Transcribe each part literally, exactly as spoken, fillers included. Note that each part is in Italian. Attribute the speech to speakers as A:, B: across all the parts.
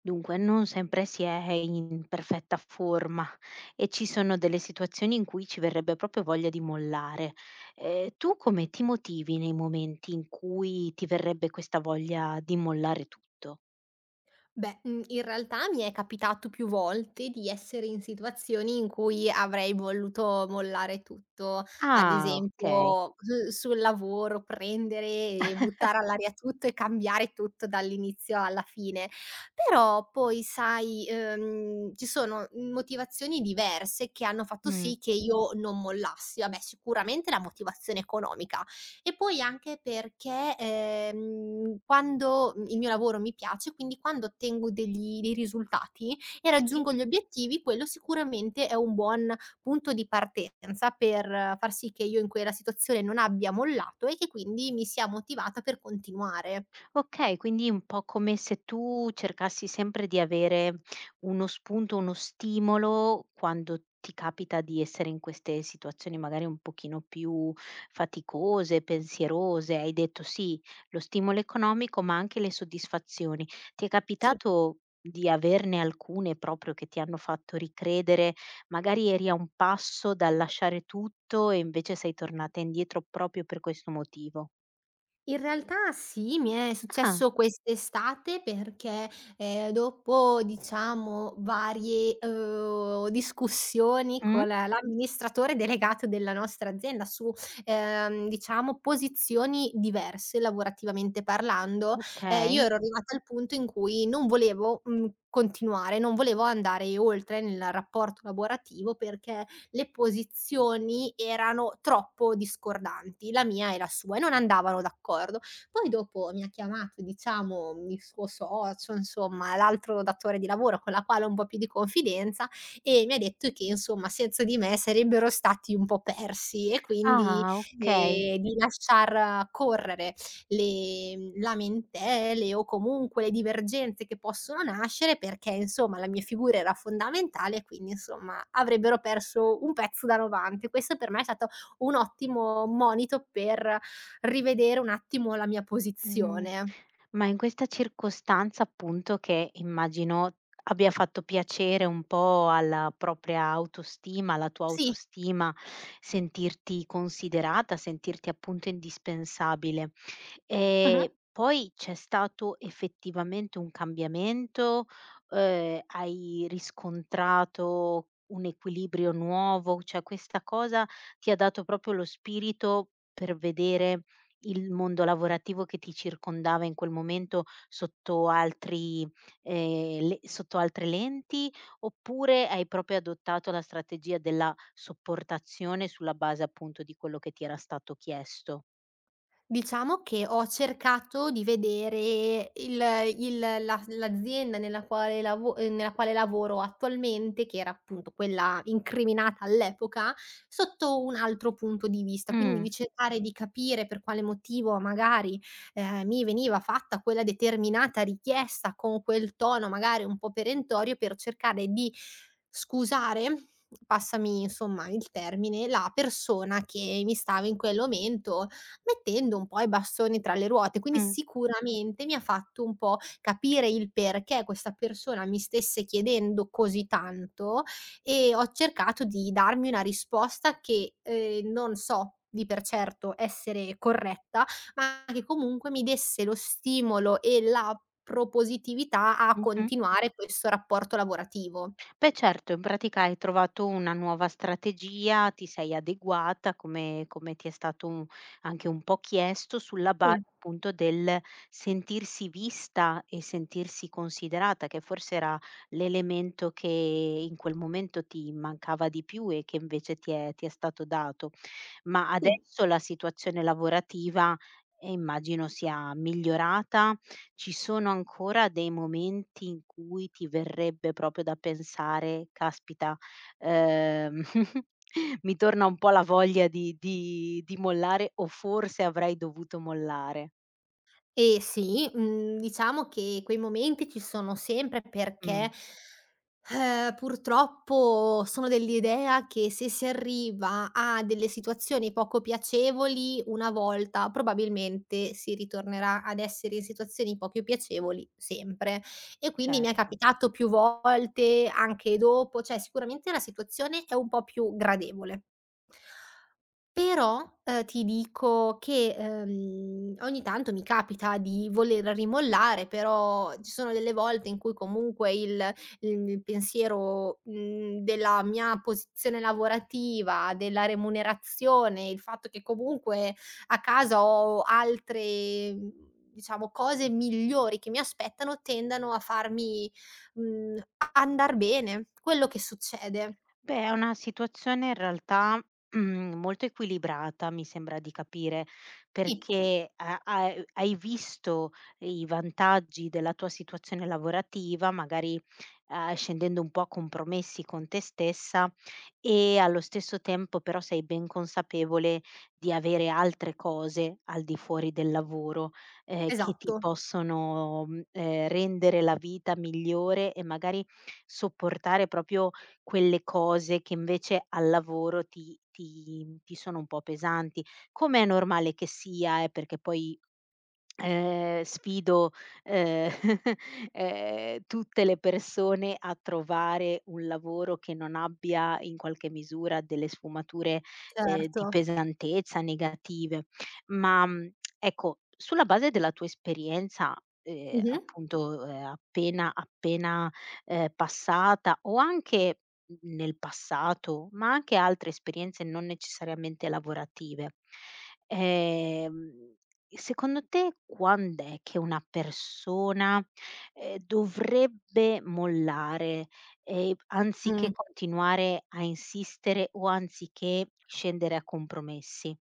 A: Dunque, non sempre si è in perfetta forma e ci sono delle situazioni in cui ci verrebbe proprio voglia di mollare. Eh, tu come ti motivi nei momenti in cui ti verrebbe questa voglia di mollare tutto?
B: Beh, mhmm, in realtà mi è capitato più volte di essere in situazioni in cui avrei voluto mollare tutto, ad
A: Ah, okay.
B: esempio su sul lavoro prendere e buttare all'aria tutto e cambiare tutto dall'inizio alla fine. Però poi sai, ehm, ci sono motivazioni diverse che hanno fatto
A: Mh,
B: sì che io non mollassi. Vabbè, sicuramente la motivazione economica. E poi anche perché, ehm, quando mhmm, il mio lavoro mi piace, quindi quando ottengo degli dei risultati e
A: sì.
B: raggiungo gli obiettivi, quello sicuramente è un buon punto di partenza per eh, far sì che io in quella situazione non abbia mollato e che quindi mi sia motivata per continuare.
A: Okay, quindi un po' come se tu cercassi sempre di avere uno spunto, uno stimolo quando ti capita di essere in queste situazioni magari un pochino più faticose, pensierose. Hai detto sì, lo stimolo economico, ma anche le soddisfazioni. Ti è
B: Sì.
A: capitato di averne alcune proprio che ti hanno fatto ricredere? Magari eri a un passo dal lasciare tutto e invece sei tornata indietro proprio per questo motivo.
B: In realtà sì, mi è
A: Ah,
B: successo quest'estate perché, ehm, dopo diciamo varie, uhm, discussioni
A: mh,
B: con la- l'amministratore delegato della nostra azienda su, ehm, diciamo posizioni diverse lavorativamente parlando, ehm, io
A: okay.
B: ero arrivata al punto in cui non volevo, mhmm, continuare, non volevo andare oltre nel rapporto lavorativo perché le posizioni erano troppo discordanti, la mia e la sua, e non andavano d'accordo. Poi dopo mi ha chiamato, diciamo, il suo socio, insomma, l'altro datore di lavoro con la quale ho un po' più di confidenza e mi ha detto che, insomma, senza di me sarebbero stati un po' persi e quindi,
A: Ah, okay.
B: ehm, di lasciar correre le mhmm, lamentele o comunque le divergenze che possono nascere perché insomma la mia figura era fondamentale e quindi insomma avrebbero perso un pezzo da novanta. Questo per me è stato un ottimo monito per rivedere un attimo la mia
A: Mh.
B: posizione.
A: Ma in questa circostanza appunto, che immagino abbia fatto piacere un po' alla propria autostima, alla tua
B: Sì.
A: autostima, sentirti considerata, sentirti appunto indispensabile.
B: Mh-mh.
A: Ehm, poi c'è stato effettivamente un cambiamento? Uhm, hai riscontrato un equilibrio nuovo? Cioè questa cosa ti ha dato proprio lo spirito per vedere il mondo lavorativo che ti circondava in quel momento sotto altri ehm, le sotto altre lenti, oppure hai proprio adottato la strategia della sopportazione sulla base appunto di quello che ti era stato chiesto?
B: Diciamo che ho cercato di vedere il il la l'azienda nella quale lavo ehm, nella quale lavoro attualmente, che era appunto quella incriminata all'epoca, sotto un altro punto di vista, quindi
A: Mh,
B: di cercare di capire per quale motivo magari, ehm, mi veniva fatta quella determinata richiesta con quel tono magari un po' perentorio, per cercare di scusare, passami insomma il termine, la persona che mi stava in quel momento, mettendo un po' i bastoni tra le ruote. Quindi
A: mh,
B: sicuramente mi ha fatto un po' capire il perché questa persona mi stesse chiedendo così tanto e ho cercato di darmi una risposta che, ehm, non so di per certo essere corretta, ma che comunque mi desse lo stimolo e la propositività a
A: mh-mh.
B: continuare questo rapporto lavorativo.
A: Beh certo, in pratica hai trovato una nuova strategia, ti sei adeguata come come ti è stato un anche un po' chiesto, sulla base
B: Sì,
A: appunto del sentirsi vista e sentirsi considerata, che forse era l'elemento che in quel momento ti mancava di più e che invece ti è ti è stato dato. Ma
B: sì.
A: adesso la situazione lavorativa, ehm, immagino sia migliorata. Ci sono ancora dei momenti in cui ti verrebbe proprio da pensare: "Caspita, ehm, mi torna un po' la voglia di di di mollare o forse avrei dovuto mollare."
B: Eh sì, mhmm, diciamo che quei momenti ci sono sempre perché,
A: Mh,
B: ehm, purtroppo sono dell'idea che se si arriva a delle situazioni poco piacevoli una volta, probabilmente si ritornerà ad essere in situazioni poco piacevoli sempre. E quindi mi è
A: certo.
B: capitato più volte, anche dopo, cioè sicuramente la situazione è un po' più gradevole. Però, ehm, ti dico che, ehm, ogni tanto mi capita di voler rimollare, però ci sono delle volte in cui comunque il il pensiero, mhmm, della mia posizione lavorativa, della remunerazione, il fatto che comunque a casa ho altre, mhmm, diciamo cose migliori che mi aspettano, tendano a farmi, mhmm, a andar bene. Quello che succede.
A: Beh, è una situazione in realtà, mhmm, molto equilibrata, mi sembra di capire,
B: Sì,
A: perché ha ha hai visto i vantaggi della tua situazione lavorativa, magari, uhm, scendendo un po' a compromessi con te stessa, e allo stesso tempo però sei ben consapevole di avere altre cose al di fuori del lavoro, ehm, che ti
B: esatto,
A: possono, mhmm, ehm, rendere la vita migliore e magari sopportare proprio quelle cose che invece al lavoro ti ti ti sono un po' pesanti. Com'è normale che sia, eh, perché poi Ehm, sfido, ehm, ehm, tutte le persone a trovare un lavoro che non abbia in qualche misura delle sfumature, ehm,
B: certo.
A: di pesantezza negative. Ma, mhmm, ecco, sulla base della tua esperienza, ehm,
B: Mh-mh.
A: appunto, ehm, appena appena, ehm, passata o anche n nel passato, ma anche altre esperienze non necessariamente lavorative, ehm secondo te quand'è che una persona, ehm, dovrebbe mollare, ehm, anziché
B: Mh.
A: continuare a insistere o anziché scendere a compromessi?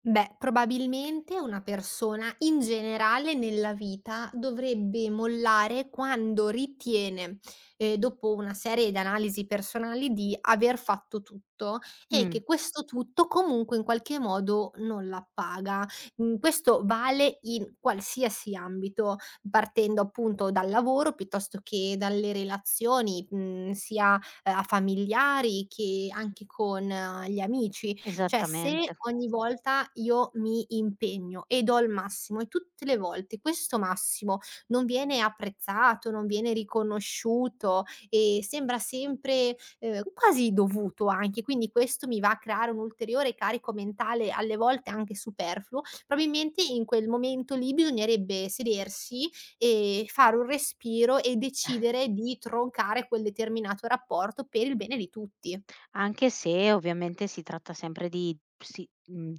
B: Beh, probabilmente una persona in generale nella vita dovrebbe mollare quando ritiene, ehm, dopo una serie di analisi personali, di aver fatto tutto e
A: Mh,
B: che questo tutto comunque in qualche modo non la paga. Mhmm, questo vale in qualsiasi ambito, partendo appunto dal lavoro piuttosto che dalle relazioni, mhmm, sia, ehm, a familiari che anche con eh, gli amici. Cioè,
A: esattamente.
B: se ogni volta io mi impegno e do il massimo e tutte le volte questo massimo non viene apprezzato, non viene riconosciuto e sembra sempre, ehm, quasi dovuto anche, quindi questo mi va a creare un ulteriore carico mentale, alle volte anche superfluo, probabilmente in quel momento lì bisognerebbe sedersi e fare un respiro e decidere di troncare quel determinato rapporto per il bene di tutti.
A: Anche se ovviamente si tratta sempre di si mhmm,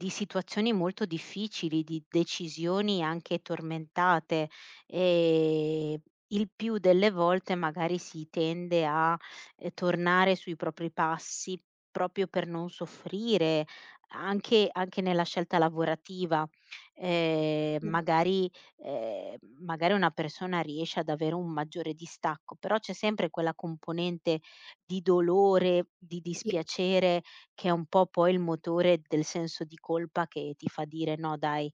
A: di situazioni molto difficili, di decisioni anche tormentate, ehm, il più delle volte magari si tende a, ehm, tornare sui propri passi, proprio per non soffrire, anche anche nella scelta lavorativa. Ehm,
B: Mh,
A: magari ehm, magari una persona riesce ad avere un maggiore distacco, però c'è sempre quella componente di dolore, di
B: sì.
A: dispiacere, che è un po' poi il motore del senso di colpa che ti fa dire: "No dai,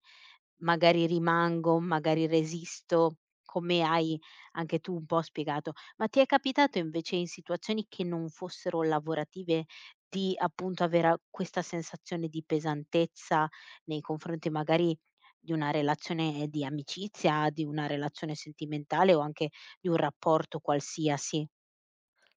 A: magari rimango, magari resisto", come hai anche tu un po' spiegato. Ma ti è capitato invece in situazioni che non fossero lavorative di, appunto, avere a questa sensazione di pesantezza nei confronti magari di una relazione di amicizia, di una relazione sentimentale o anche di un rapporto qualsiasi?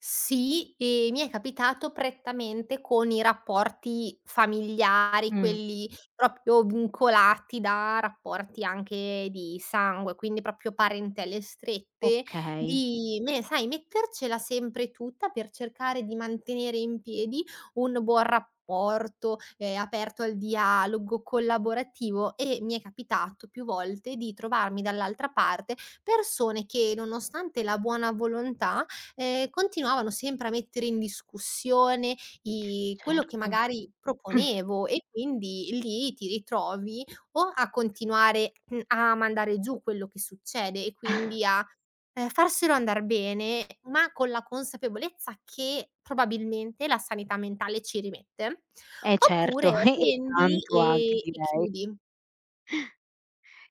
B: Sì, e mi è capitato prettamente con i rapporti familiari,
A: Mh.
B: quelli proprio vincolati da rapporti anche di sangue, quindi proprio parentele strette,
A: Okay,
B: di me sai, mettercela sempre tutta per cercare di mantenere in piedi un buon rapporto, ehm, aperto al dialogo, collaborativo e mi è capitato più volte di trovarmi dall'altra parte persone che, nonostante la buona volontà, ehm, continuavano sempre a mettere in discussione i quello che
A: certo.
B: magari proponevo e quindi lì ti ritrovi o a continuare, mhmm, a mandare giù quello che succede e quindi a, ehm, farselo andar bene, ma con la consapevolezza che probabilmente la sanità mentale ci rimette,
A: Eh certo,
B: oppure
A: e e
B: prendi
A: tanto anche,
B: e e
A: direi.
B: chiudi.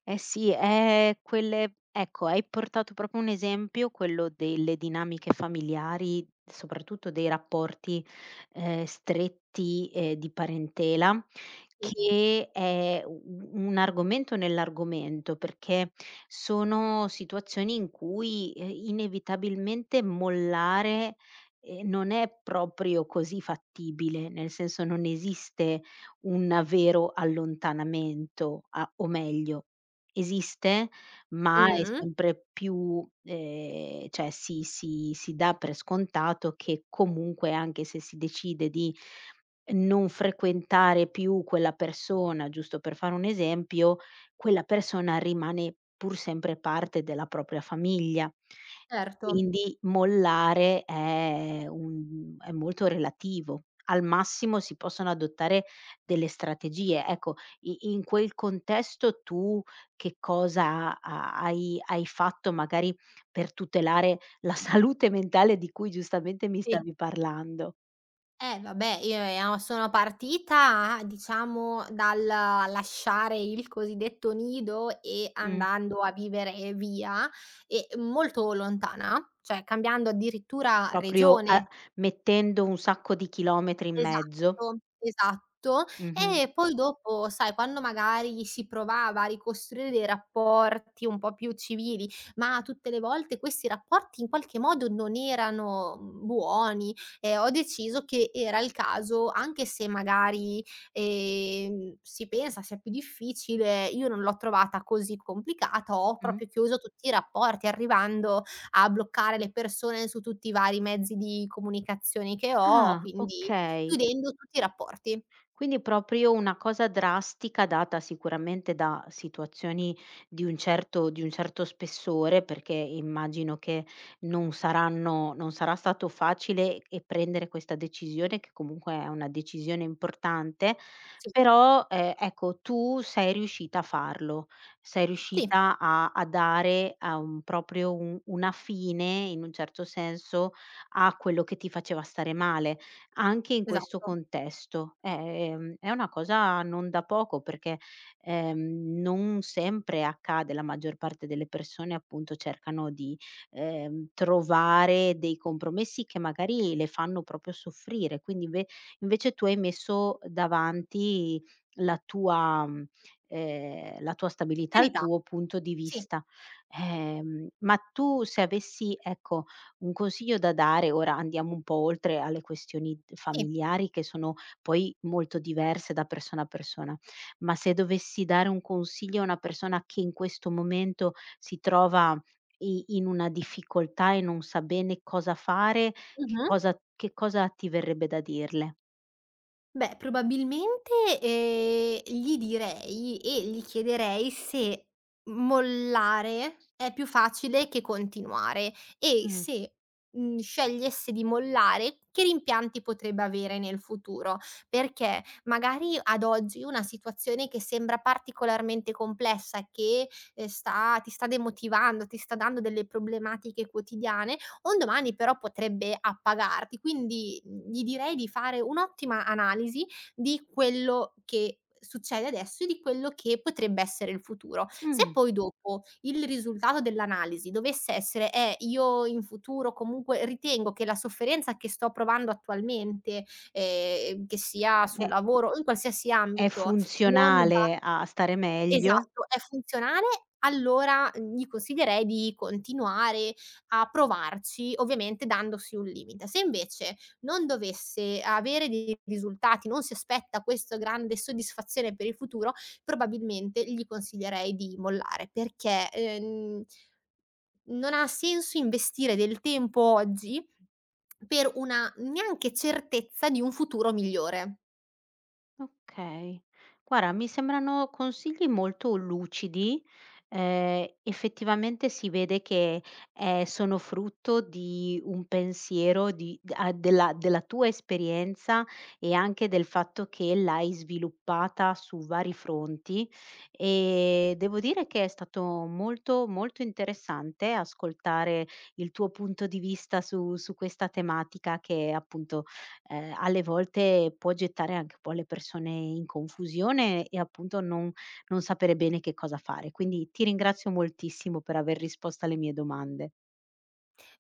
A: Eh sì, eh, quelle ecco, hai portato proprio un esempio, quello delle dinamiche familiari, soprattutto dei rapporti, ehm, stretti, ehm, di parentela,
B: Sì.
A: che è u un argomento nell'argomento, perché sono situazioni in cui, ehm, inevitabilmente mollare, ehm, non è proprio così fattibile, nel senso non esiste un vero allontanamento, a o meglio esiste, ma è Mh.
B: Mh-mh,
A: sempre più ehm, cioè si si si dà per scontato che comunque, anche se si decide di non frequentare più quella persona, giusto per fare un esempio, quella persona rimane pur sempre parte della propria famiglia.
B: certo.
A: Quindi mollare è un è molto relativo. Al massimo si possono adottare delle strategie. Ecco, i in quel contesto tu che cosa ha hai hai fatto magari per tutelare la salute mentale di cui giustamente mi
B: Sì,
A: stavi parlando.
B: eh vabbè, io ea sono partita, ah, diciamo, dal lasciare il cosiddetto nido e
A: Mh.
B: andando a vivere via e molto lontana, cioè cambiando addirittura
A: Proprio a
B: regione.
A: mettendo un sacco di chilometri in mezzo.
B: Esatto, esatto.
A: Mh-mh.
B: E poi dopo, sai, quando magari si provava a ricostruire dei rapporti un po' più civili, ma tutte le volte questi rapporti in qualche modo non erano, mhmm, buoni, ehm, ho deciso che era il caso, anche se magari, ehm, si pensa sia più difficile, io non l'ho trovata così complicata, ho
A: Mh.
B: proprio chiuso tutti i rapporti, arrivando a bloccare le persone su tutti i vari mezzi di comunicazione che ho,
A: Ah,
B: quindi
A: okay.
B: chiudendo tutti i rapporti.
A: Quindi proprio una cosa drastica, data sicuramente da situazioni di un certo di un certo spessore, perché immagino che non saranno non sarà stato facile, e prendere questa decisione, che comunque è una decisione importante,
B: Sì.
A: però, ehm, ecco, tu sei riuscita a farlo, sei
B: Sì,
A: riuscita a a dare a un proprio un una fine, in un certo senso, a quello che ti faceva stare male anche in questo
B: esatto.
A: contesto. È, Ehm, è una cosa non da poco, perché, ehm, non sempre accade, la maggior parte delle persone appunto cercano di, ehm, trovare dei compromessi che magari le fanno proprio soffrire, quindi inve invece tu hai messo davanti la tua mhmm, ehm, la tua stabilità, il
B: Sanità,
A: tuo punto di
B: sì,
A: vista. Ehm, ma tu, se avessi, ecco, un consiglio da dare, ora andiamo un po' oltre alle questioni
B: sì.
A: familiari che sono poi molto diverse da persona a persona, ma se dovessi dare un consiglio a una persona che in questo momento si trova i in una difficoltà e non sa bene cosa fare, che
B: Mh-mh.
A: cosa che cosa ti verrebbe da dirle?
B: Beh, probabilmente, ehm, gli direi e gli chiederei se mollare è più facile che continuare e
A: Mh,
B: se, mhmm, scegliesse di mollare, che rimpianti potrebbe avere nel futuro. Perché magari ad oggi una situazione che sembra particolarmente complessa, che, ehm, sta ti sta demotivando, ti sta dando delle problematiche quotidiane, un domani però potrebbe appagarti. Quindi, mhmm, gli direi di fare un'ottima analisi di quello che succede adesso e di quello che potrebbe essere il futuro. Se
A: mh,
B: poi dopo il risultato dell'analisi dovesse essere: "Eh, io in futuro comunque ritengo che la sofferenza che sto provando attualmente, ehm, che sia
A: è
B: sul lavoro o in qualsiasi
A: è
B: ambito, non va."
A: funzionale a stare meglio.
B: Esatto, è funzionale, allora, mhmm, gli consiglierei di continuare a provarci, ovviamente dandosi un limite. Se invece non dovesse avere dei risultati, non si aspetta questa grande soddisfazione per il futuro, probabilmente gli consiglierei di mollare perché, ehm, non ha senso investire del tempo oggi per una neanche certezza di un futuro migliore.
A: Okay. Guarda, mi sembrano consigli molto lucidi, ehm, effettivamente si vede che, ehm, sono frutto di un pensiero di d a della della tua esperienza e anche del fatto che l'hai sviluppata su vari fronti, e devo dire che è stato molto, molto interessante ascoltare il tuo punto di vista su su questa tematica, che appunto ehm, alle volte può gettare anche un po' le persone in confusione e appunto non non sapere bene che cosa fare. Quindi ti ringrazio moltissimo per aver risposto alle mie domande.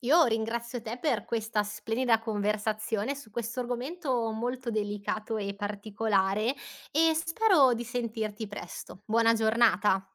B: Io ringrazio te per questa splendida conversazione su questo argomento molto delicato e particolare e spero di sentirti presto. Buona giornata.